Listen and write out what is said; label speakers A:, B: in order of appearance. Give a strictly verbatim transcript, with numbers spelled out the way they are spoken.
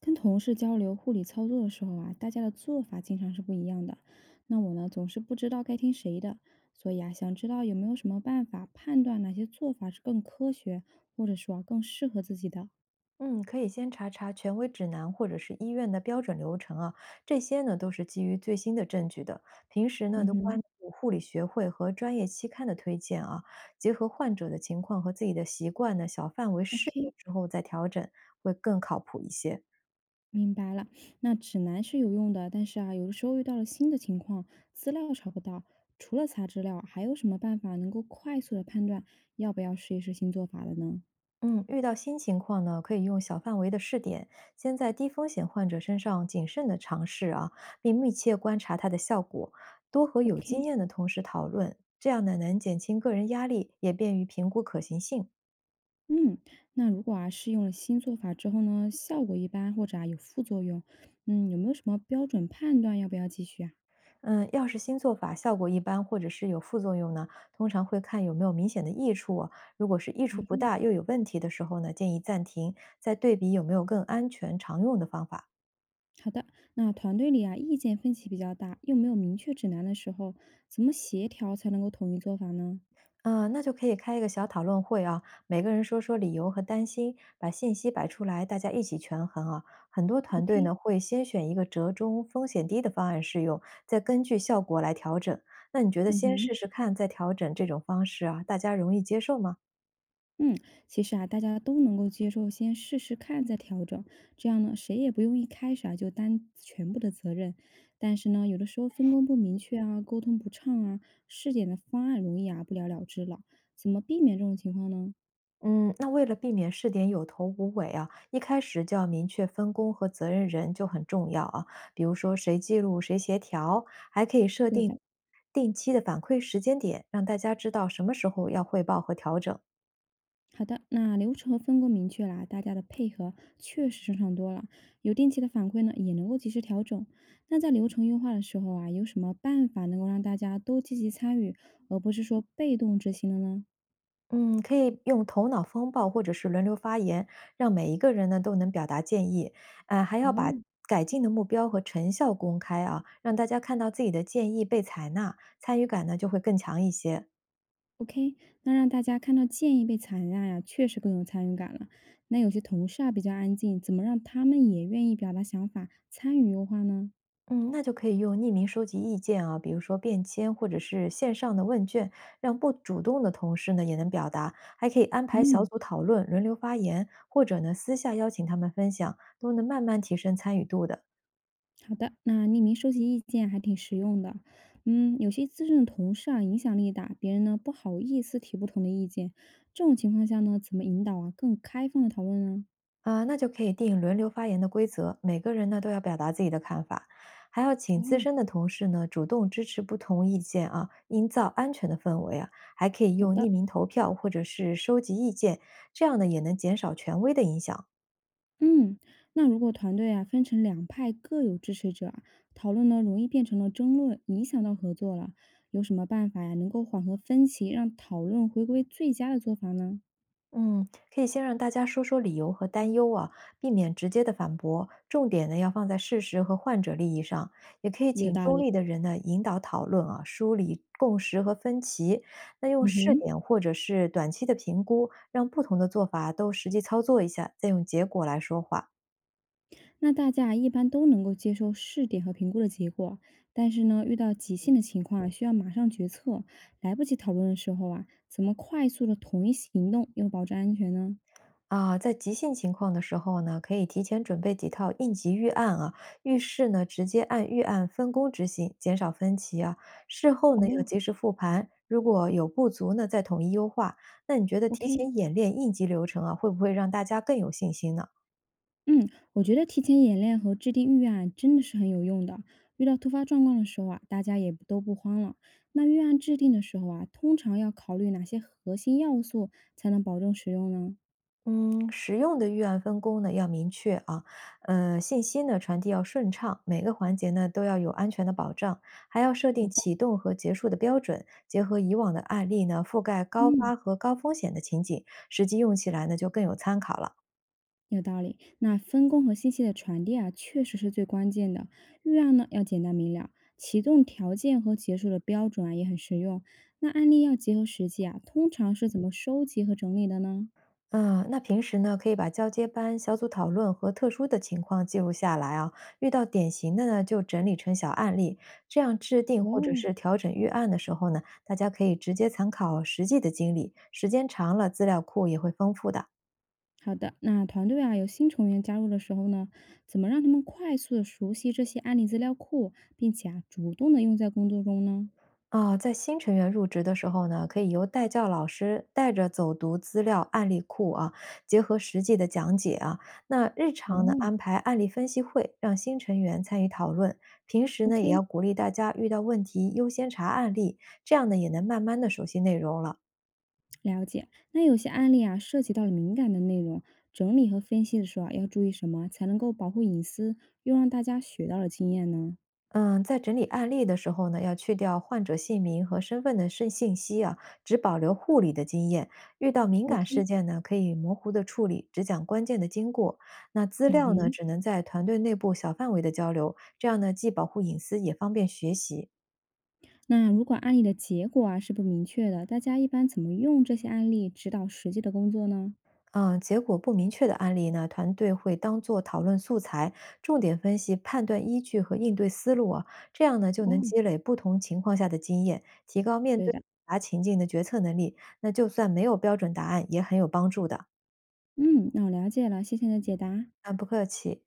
A: 跟同事交流护理操作的时候啊，大家的做法经常是不一样的。那我呢，总是不知道该听谁的，所以啊，想知道有没有什么办法判断哪些做法是更科学，或者说啊更适合自己的。
B: 嗯，可以先查查权威指南或者是医院的标准流程啊，这些呢都是基于最新的证据的。平时呢
A: 嗯
B: 都关
A: 哼，
B: 注护理学会和专业期刊的推荐啊，结合患者的情况和自己的习惯呢，小范围试用
A: OK，
B: 之后再调整，会更靠谱一些。
A: 明白了。那指南是有用的，但是啊，有的时候遇到了新的情况，资料查不到，除了查资料，还有什么办法能够快速的判断要不要试一试新做法的呢
B: 嗯，遇到新情况呢，可以用小范围的试点，先在低风险患者身上谨慎的尝试啊，并密切观察它的效果，多和有经
A: ？OK，
B: 验的同事讨论，这样呢能减轻个人压力，也便于评估可行性。
A: 嗯，那如果啊是用了新做法之后呢，效果一般或者啊有副作用，嗯，有没有什么标准判断要不要继续啊？
B: 嗯，要是新做法效果一般，或者是有副作用呢，通常会看有没有明显的益处啊，如果是益
A: 啊，
B: 处不大又有问题的时候呢，建议暂停，再对比有没有更安全常用的方法。
A: 好的，那团队里啊意见分歧比较大，又没有明确指南的时候，怎么协调才能够统一做法呢
B: 嗯，那就可以开一个小讨论会啊，每个人说说理由和担心，把信息摆出来，大家一起权衡啊。很多团队
A: ？OK，
B: 呢会先选一个折中、风险低的方案试用，再根据效果来调整。那你觉得
A: 嗯
B: 先
A: 哼。
B: 试试看，再调整这种方式啊，大家容易接受吗？
A: 嗯，其实啊，大家都能够接受，先试试看再调整，这样呢，谁也不用一开始啊就担全部的责任。但是呢，有的时候分工不明确啊，沟通不畅啊，试点的方案容易啊不了了之了。怎么避免这种情况呢？
B: 嗯，那为了避免试点有头无尾啊，一开始就要明确分工和责任人就很重要啊。比如说谁记录，谁协调，还可以设
A: 对
B: 定
A: 的，
B: 定期的反馈时间点，让大家知道什么时候要汇报和调整。
A: 好的，那流程和分工明确啦，大家的配合确实顺畅多了。有定期的反馈呢，也能够及时调整。那在流程优化的时候啊，有什么办法能够让大家都积极参与，而不是说被动执行的呢？
B: 嗯，可以用头脑风暴或者是轮流发言，让每一个人呢都能表达建议。呃，还要把
A: 哦，
B: 改进的目标和成效公开啊，让大家看到自己的建议被采纳，参与感呢就会更强一些。
A: OK，那让大家看到建议被采纳呀，确实更有参与感了。那有些同事啊比较安静，怎么让他们也愿意表达想法、参与优化呢？
B: 嗯，那就可以用匿名收集意见啊，比如说便签或者是线上的问卷，让不主动的同事呢也能表达，还可以安排小
A: 嗯，
B: 组讨论，轮流发言，或者呢私下邀请他们分享，都能慢慢提升参与度的。
A: 好的，那匿名收集意见还挺实用的。嗯，有些资深的同事啊影响力大，别人呢不好意思提不同的意见，这种情况下呢，怎么引导啊更开放的讨论呢？
B: 啊、那就可以定轮流发言的规则，每个人呢都要表达自己的看法，还要请资深
A: 哦，
B: 的同事呢主动支持不同意见啊，营造安全的氛围啊，还可以
A: 好
B: 用
A: 的，
B: 匿名投票或者是收集意见，这样呢也能减少权威的影响。
A: 嗯，那如果团队啊分成两派各有支持者啊讨论呢容易变成了争论，影响到合作了。有什么办法呀，能够缓和分歧，让讨论回归最佳的做法呢？
B: 嗯，可以先让大家说说理由和担忧啊，避免直接的反驳，重点呢要放在事实和患者利益上。也可以
A: 有
B: 请
A: 道
B: 中
A: 理。
B: 立的人呢引导讨论啊，梳理共识和分歧。那用
A: 嗯
B: 试
A: 哼，
B: 点或者是短期的评估，让不同的做法都实际操作一下，再用结果来说话。
A: 那大家啊一般都能够接受试点和评估的结果，但是呢，遇到急性的情况啊需要马上决策，来不及讨论的时候啊，怎么快速的统一行动，又保证安全呢？
B: 啊，在急性情况的时候呢，可以提前准备几套应急预案啊，遇事呢直接按预案分工执行，减少分歧啊。事后呢要
A: 哦
B: 及时复盘，如果有不足呢再统一优化。那你觉得提
A: ，OK，
B: 前演练应急流程啊，会不会让大家更有信心呢？
A: 嗯，我觉得提前演练和制定预案真的是很有用的。遇到突发状况的时候啊，大家也不都不慌了。那预案制定的时候啊，通常要考虑哪些核心要素才能保证使用呢？
B: 嗯，使用的预案分工呢要明确啊，呃，信息呢传递要顺畅，每个环节呢都要有安全的保障，还要设
A: 好
B: 定
A: 的，
B: 启动和结束的标准，结合以往的案例呢，覆盖高
A: 嗯，
B: 发和高风险的情景，实际用起来呢就更有参考了。
A: 有道理。那分工和信息的传递啊，确实是最关键的。预案呢要简单明了，启动条件和结束的标准啊也很实用。那案例要结合实际啊，通常是怎么收集和整理的呢？
B: 嗯，那平时呢，可以把交接班、小组讨论和特殊的情况记录下来啊，遇到典型的呢，就整理成小案例，这样制定或者
A: 哦，
B: 是调整预案的时候呢，大家可以直接参考实际的经历，时间长了，资料库也会丰富的。
A: 好的，那团队啊有新成员加入的时候呢，怎么让他们快速的熟悉这些案例资料库，并且啊主动的用在工作中呢？
B: 啊，在新成员入职的时候呢，可以由带教老师带着走读资料、案例库啊，结合实际的讲解啊。那日
A: 哦
B: 常呢，安排案例分析会，让新成员参与讨论。平时呢，也要
A: ，OK，
B: 鼓励大家遇到问题优先查案例，这样呢，也能慢慢的熟悉内容了。
A: 了解。那有些案例啊涉及到了敏感的内容，整理和分析的时候啊要注意什么，才能够保护隐私，又让大家学到了经验呢
B: 嗯，在整理案例的时候呢，要去掉患者姓名和身份的信信息啊，只保留护理的经验。遇到敏感事
A: ？OK，
B: 件呢，可以模糊的处理，只讲关键的经过。那资
A: 嗯
B: 料呢，
A: 哼。
B: 只能在团队内部小范围的交流，这样呢，既保护隐私，也方便学习。
A: 那如果案例的结果啊是不明确的，大家一般怎么用这些案例指导实际的工作呢？
B: 嗯，呃结果不明确的案例呢，团队会当做讨论素材，重点分析判断依据和应对思路啊，这样呢就
A: 哦，
B: 能积累不同情况下的经验，提高面
A: 对
B: 对复
A: 的，
B: 杂情境的决策能力。那就算没有标准答案，也很有帮助的。
A: 嗯，那我了解了，谢谢你的解答。
B: 啊，不客气。